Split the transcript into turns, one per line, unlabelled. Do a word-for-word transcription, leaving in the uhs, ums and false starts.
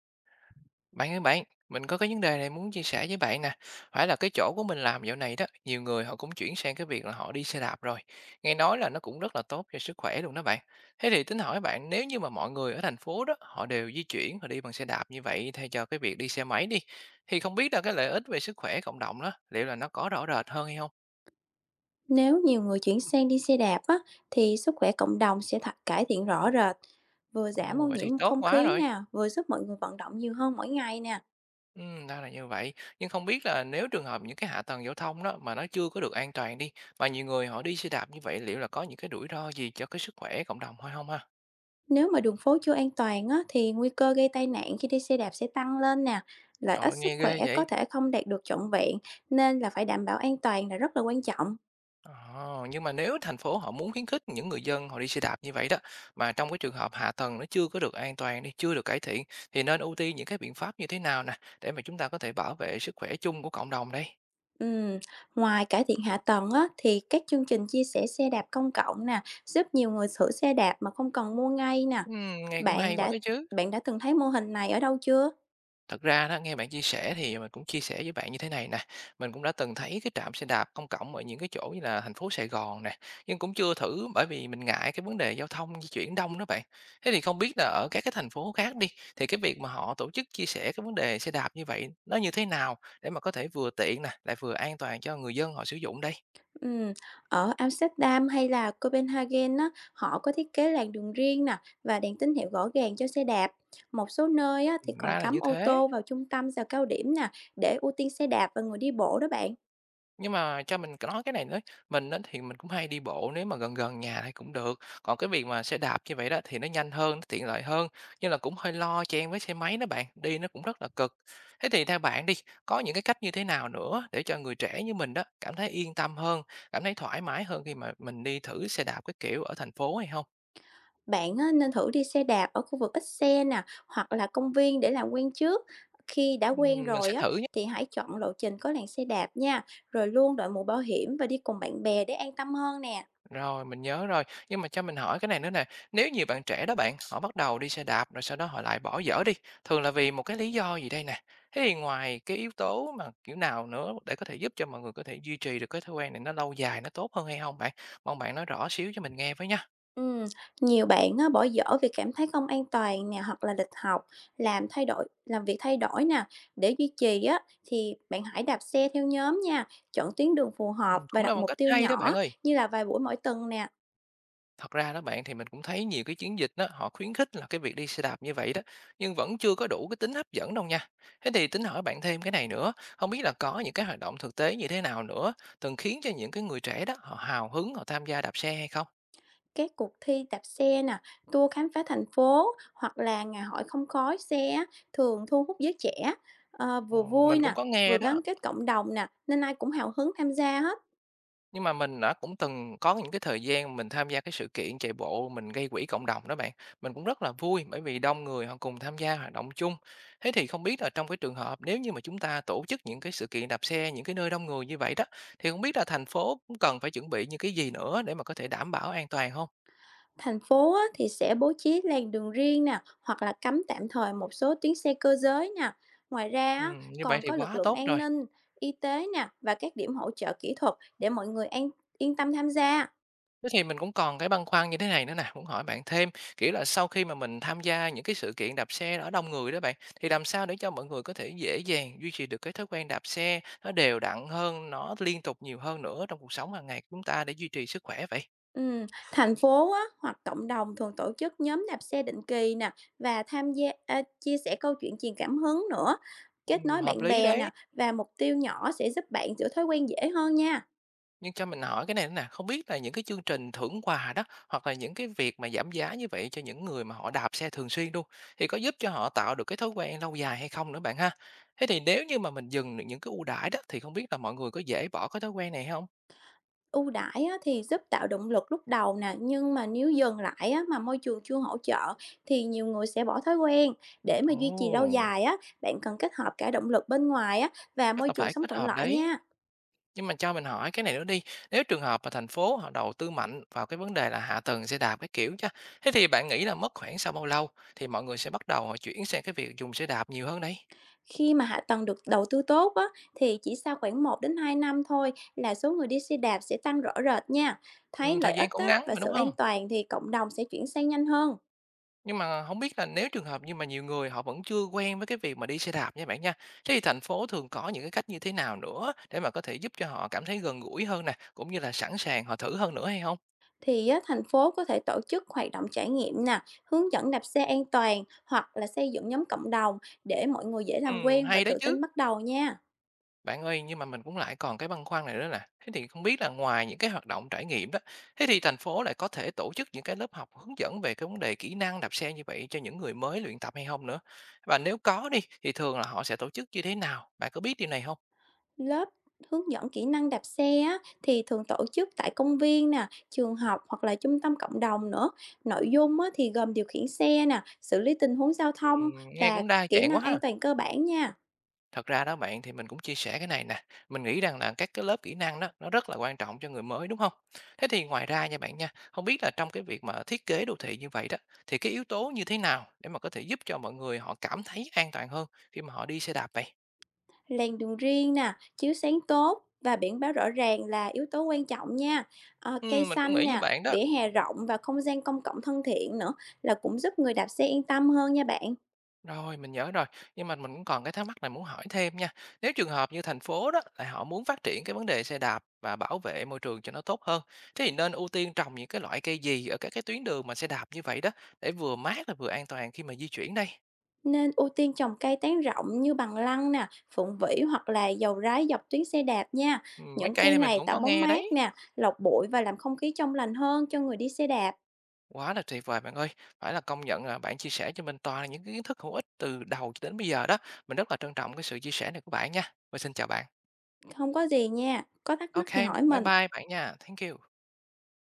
Bạn ơi bạn, mình có cái vấn đề này muốn chia sẻ với bạn nè. Phải là cái chỗ của mình làm dạo này đó, nhiều người họ cũng chuyển sang cái việc là họ đi xe đạp rồi. Nghe nói là nó cũng rất là tốt cho sức khỏe luôn đó bạn. Thế thì tính hỏi bạn, nếu như mà mọi người ở thành phố đó, họ đều di chuyển và đi bằng xe đạp như vậy thay cho cái việc đi xe máy đi, thì không biết là cái lợi ích về sức khỏe cộng đồng đó, liệu là nó có rõ rệt hơn hay không?
Nếu nhiều người chuyển sang đi xe đạp á, thì sức khỏe cộng đồng sẽ thật cải thiện rõ rệt, vừa giảm
Ồ,
ô
vậy
nhiễm
thì tốt
không
quá
khí
rồi.
nè, vừa giúp mọi người vận động nhiều hơn mỗi ngày nè.
Ừm, ra là như vậy. Nhưng không biết là nếu trường hợp những cái hạ tầng giao thông đó mà nó chưa có được an toàn đi, mà nhiều người họ đi xe đạp như vậy, liệu là có những cái rủi ro gì cho cái sức khỏe cộng đồng hay không ha?
Nếu mà đường phố chưa an toàn á, thì nguy cơ gây tai nạn khi đi xe đạp sẽ tăng lên nè. Lợi ích
Trời,
sức
nghe
khỏe
ghê
có
vậy!
thể không đạt được trọn vẹn, nên là phải đảm bảo an toàn là rất là quan trọng.
Ờ, nhưng mà nếu thành phố họ muốn khuyến khích những người dân họ đi xe đạp như vậy đó, mà trong cái trường hợp hạ tầng nó chưa có được an toàn đi, chưa được cải thiện, thì nên ưu tiên những cái biện pháp như thế nào nè, để mà chúng ta có thể bảo vệ sức khỏe chung của cộng đồng đây?
Ừm, Ngoài cải thiện hạ tầng á, thì các chương trình chia sẻ xe đạp công cộng nè, giúp nhiều người sửa xe đạp mà không cần mua ngay nè.
Ừm, nghe cũng
Bạn
hay quá
đã
đó chứ!
bạn đã từng thấy mô hình này ở đâu chưa?
Thật ra đó, nghe bạn chia sẻ thì mình cũng chia sẻ với bạn như thế này nè, mình cũng đã từng thấy cái trạm xe đạp công cộng ở những cái chỗ như là thành phố Sài Gòn nè, nhưng cũng chưa thử bởi vì mình ngại cái vấn đề giao thông di chuyển đông đó bạn. Thế thì không biết là ở các cái thành phố khác đi, thì cái việc mà họ tổ chức chia sẻ cái vấn đề xe đạp như vậy nó như thế nào để mà có thể vừa tiện nè, lại vừa an toàn cho người dân họ sử dụng đây?
Ừm, Ở Amsterdam hay là Copenhagen á, họ có thiết kế làn đường riêng nè và đèn tín hiệu rõ ràng cho xe đạp. Một số nơi á, thì
Ừm,
còn
Ra là
cấm
như
ô
thế.
tô vào trung tâm giờ cao điểm nè để ưu tiên xe đạp và người đi bộ đó bạn.
Nhưng mà cho mình nói cái này nữa, mình á thì mình cũng hay đi bộ nếu mà gần gần nhà thì cũng được, còn cái việc mà xe đạp như vậy đó thì nó nhanh hơn, nó tiện lợi hơn, nhưng là cũng hơi lo chen với xe máy đó bạn, đi nó cũng rất là cực. Thế thì theo bạn đi, có những cái cách như thế nào nữa để cho người trẻ như mình đó cảm thấy yên tâm hơn, cảm thấy thoải mái hơn khi mà mình đi thử xe đạp cái kiểu ở thành phố hay không?
Bạn á, nên thử đi xe đạp ở khu vực ít xe nè hoặc là công viên để làm quen trước. Khi đã
Ừm,
quen
mình
rồi
sẽ
á,
thử.
thì hãy chọn lộ trình có làn xe đạp nha, rồi luôn đội mũ bảo hiểm và đi cùng bạn bè để an tâm hơn nè.
Rồi, mình nhớ rồi. Nhưng mà cho mình hỏi cái này nữa nè. Nếu nhiều bạn trẻ đó bạn, họ bắt đầu đi xe đạp rồi sau đó họ lại bỏ dở đi. Thường là vì một cái lý do gì đây nè? Thế thì ngoài cái yếu tố mà kiểu nào nữa để có thể giúp cho mọi người có thể duy trì được cái thói quen này nó lâu dài, nó tốt hơn hay không bạn? Mong bạn nói rõ xíu cho mình nghe với nha.
Ừm, Nhiều bạn á, bỏ dở vì cảm thấy không an toàn nè hoặc là lịch học làm thay đổi làm việc thay đổi nè. Để duy trì á, thì bạn hãy đạp xe theo nhóm nha, chọn tuyến đường phù hợp
Ừ,
và
cũng là
đặt
một
mục
cách
tiêu
hay đó bạn
nhỏ
ơi.
như là vài buổi mỗi tuần nè.
Thật ra đó bạn, thì mình cũng thấy nhiều cái chiến dịch đó họ khuyến khích là cái việc đi xe đạp như vậy đó, nhưng vẫn chưa có đủ cái tính hấp dẫn đâu nha. Thế thì tính hỏi bạn thêm cái này nữa, không biết là có những cái hoạt động thực tế như thế nào nữa từng khiến cho những cái người trẻ đó họ hào hứng họ tham gia đạp xe hay không?
Các cuộc thi đạp xe nè, tour khám phá thành phố hoặc là ngày hội không khói xe á, thường thu hút giới trẻ. Ờ, vừa
Ồ,
vui
mình cũng
nè,
có
vừa
nghe đó.
gắn kết cộng đồng nè, nên ai cũng hào hứng tham gia hết.
Nhưng mà mình đã cũng từng có những cái thời gian mình tham gia cái sự kiện chạy bộ mình gây quỹ cộng đồng đó bạn. Mình cũng rất là vui bởi vì đông người họ cùng tham gia hoạt động chung. Thế thì không biết là trong cái trường hợp nếu như mà chúng ta tổ chức những cái sự kiện đạp xe, những cái nơi đông người như vậy đó, thì không biết là thành phố cũng cần phải chuẩn bị những cái gì nữa để mà có thể đảm bảo an toàn không?
Thành phố á, thì sẽ bố trí làn đường riêng nè, hoặc là cấm tạm thời một số tuyến xe cơ giới nè. Ngoài ra á,
Ừm, như vậy
còn
thì
có lực
quá
lượng
tốt
an
rồi.
ninh, y tế nè và các điểm hỗ trợ kỹ thuật để mọi người an yên tâm tham gia.
Thế thì mình cũng còn cái băn khoăn như thế này nữa nè, muốn hỏi bạn thêm, kiểu là sau khi mà mình tham gia những cái sự kiện đạp xe ở đông người đó bạn, thì làm sao để cho mọi người có thể dễ dàng duy trì được cái thói quen đạp xe nó đều đặn hơn, nó liên tục nhiều hơn nữa trong cuộc sống hàng ngày của chúng ta để duy trì sức khỏe vậy?
Ừ, thành phố á, hoặc cộng đồng thường tổ chức nhóm đạp xe định kỳ nè và tham gia à, chia sẻ câu chuyện truyền cảm hứng nữa, kết nối
Ừm, hợp
bạn
lý
bè nè
đấy.
và mục tiêu nhỏ sẽ giúp bạn giữ thói quen dễ hơn nha.
Nhưng cho mình hỏi cái này nữa nè, không biết là những cái chương trình thưởng quà đó, hoặc là những cái việc mà giảm giá như vậy cho những người mà họ đạp xe thường xuyên luôn, thì có giúp cho họ tạo được cái thói quen lâu dài hay không nữa bạn ha? Thế thì nếu như mà mình dừng được những cái ưu đãi đó, thì không biết là mọi người có dễ bỏ cái thói quen này không?
Ưu đãi á, thì giúp tạo động lực lúc đầu nè, nhưng mà nếu dừng lại á, mà môi trường chưa hỗ trợ thì nhiều người sẽ bỏ thói quen. Để mà duy trì lâu
Ồ,
dài á, bạn cần kết hợp cả động lực bên ngoài á, và môi
chắc là
trường
phải
sống
kết
thuận
hợp
lợi
đấy.
nha.
Nhưng mà cho mình hỏi cái này nữa đi, nếu trường hợp mà thành phố họ đầu tư mạnh vào cái vấn đề là hạ tầng xe đạp cái kiểu chứ, thế thì bạn nghĩ là mất khoảng sau bao lâu thì mọi người sẽ bắt đầu họ chuyển sang cái việc dùng xe đạp nhiều hơn đấy?
Khi mà hạ tầng được đầu tư tốt á, thì chỉ sau khoảng một đến hai năm thôi là số người đi xe đạp sẽ tăng rõ rệt nha.
Ừ,
Thấy lợi
thời gian
ích
cũng
á,
ngắn
và
mà
sự
đúng
an
không?
toàn thì cộng đồng sẽ chuyển sang nhanh hơn.
Nhưng mà không biết là nếu trường hợp như mà nhiều người họ vẫn chưa quen với cái việc mà đi xe đạp nha bạn nha, thế thì thành phố thường có những cái cách như thế nào nữa để mà có thể giúp cho họ cảm thấy gần gũi hơn nè, cũng như là sẵn sàng họ thử hơn nữa hay không?
Thì á, thành phố có thể tổ chức hoạt động trải nghiệm nè, hướng dẫn đạp xe an toàn hoặc là xây dựng nhóm cộng đồng để mọi người dễ làm
Ừm,
quen và
hay đấy
tự
chứ.
tin bắt đầu nha.
Bạn ơi, nhưng mà mình cũng lại còn cái băn khoăn này nữa nè, thế thì không biết là ngoài những cái hoạt động trải nghiệm đó, thế thì thành phố lại có thể tổ chức những cái lớp học hướng dẫn về cái vấn đề kỹ năng đạp xe như vậy cho những người mới luyện tập hay không nữa? Và nếu có đi, thì thường là họ sẽ tổ chức như thế nào? Bạn có biết điều này không?
Lớp hướng dẫn kỹ năng đạp xe á, thì thường tổ chức tại công viên nè, trường học hoặc là trung tâm cộng đồng nữa. Nội dung á, thì gồm điều khiển xe nè, xử lý tình huống giao thông
Ừm, nghe
và
cũng đa
kỹ
dạng
năng
quá
an
ha.
toàn cơ bản nha.
Thật ra đó bạn, thì mình cũng chia sẻ cái này nè, mình nghĩ rằng là các cái lớp kỹ năng đó nó rất là quan trọng cho người mới đúng không? Thế thì ngoài ra nha bạn nha, không biết là trong cái việc mà thiết kế đô thị như vậy đó, thì cái yếu tố như thế nào để mà có thể giúp cho mọi người họ cảm thấy an toàn hơn khi mà họ đi xe đạp vậy?
Làn đường riêng nè, chiếu sáng tốt và biển báo rõ ràng là yếu tố quan trọng nha. Ờ, cây
Ừm, mình cũng
xanh
nghĩ như
nè,
bạn đó.
vỉa hè rộng và không gian công cộng thân thiện nữa là cũng giúp người đạp xe yên tâm hơn nha bạn.
Rồi, mình nhớ rồi, nhưng mà mình cũng còn cái thắc mắc này muốn hỏi thêm nha. Nếu trường hợp như thành phố đó, lại họ muốn phát triển cái vấn đề xe đạp và bảo vệ môi trường cho nó tốt hơn, thế thì nên ưu tiên trồng những cái loại cây gì ở các cái tuyến đường mà xe đạp như vậy đó, để vừa mát là vừa an toàn khi mà di chuyển đây?
Nên ưu tiên trồng cây tán rộng như bằng lăng nè, phượng vĩ hoặc là dầu rái dọc tuyến xe đạp nha.
Ừm, mấy
Những
cây
cây
này mình
này
cũng
tạo
có
bóng
nghe
mát
đấy.
nè, lọc bụi và làm không khí trong lành hơn cho người đi xe đạp.
Quá là tuyệt vời bạn ơi, phải là công nhận là bạn chia sẻ cho mình toàn là những cái kiến thức hữu ích từ đầu cho đến bây giờ đó. Mình rất là trân trọng cái sự chia sẻ này của bạn nha. Và xin chào bạn.
Không có gì nha. Có thắc mắc thì
OK,
hỏi
bye
mình.
bye bạn nha. Thank you.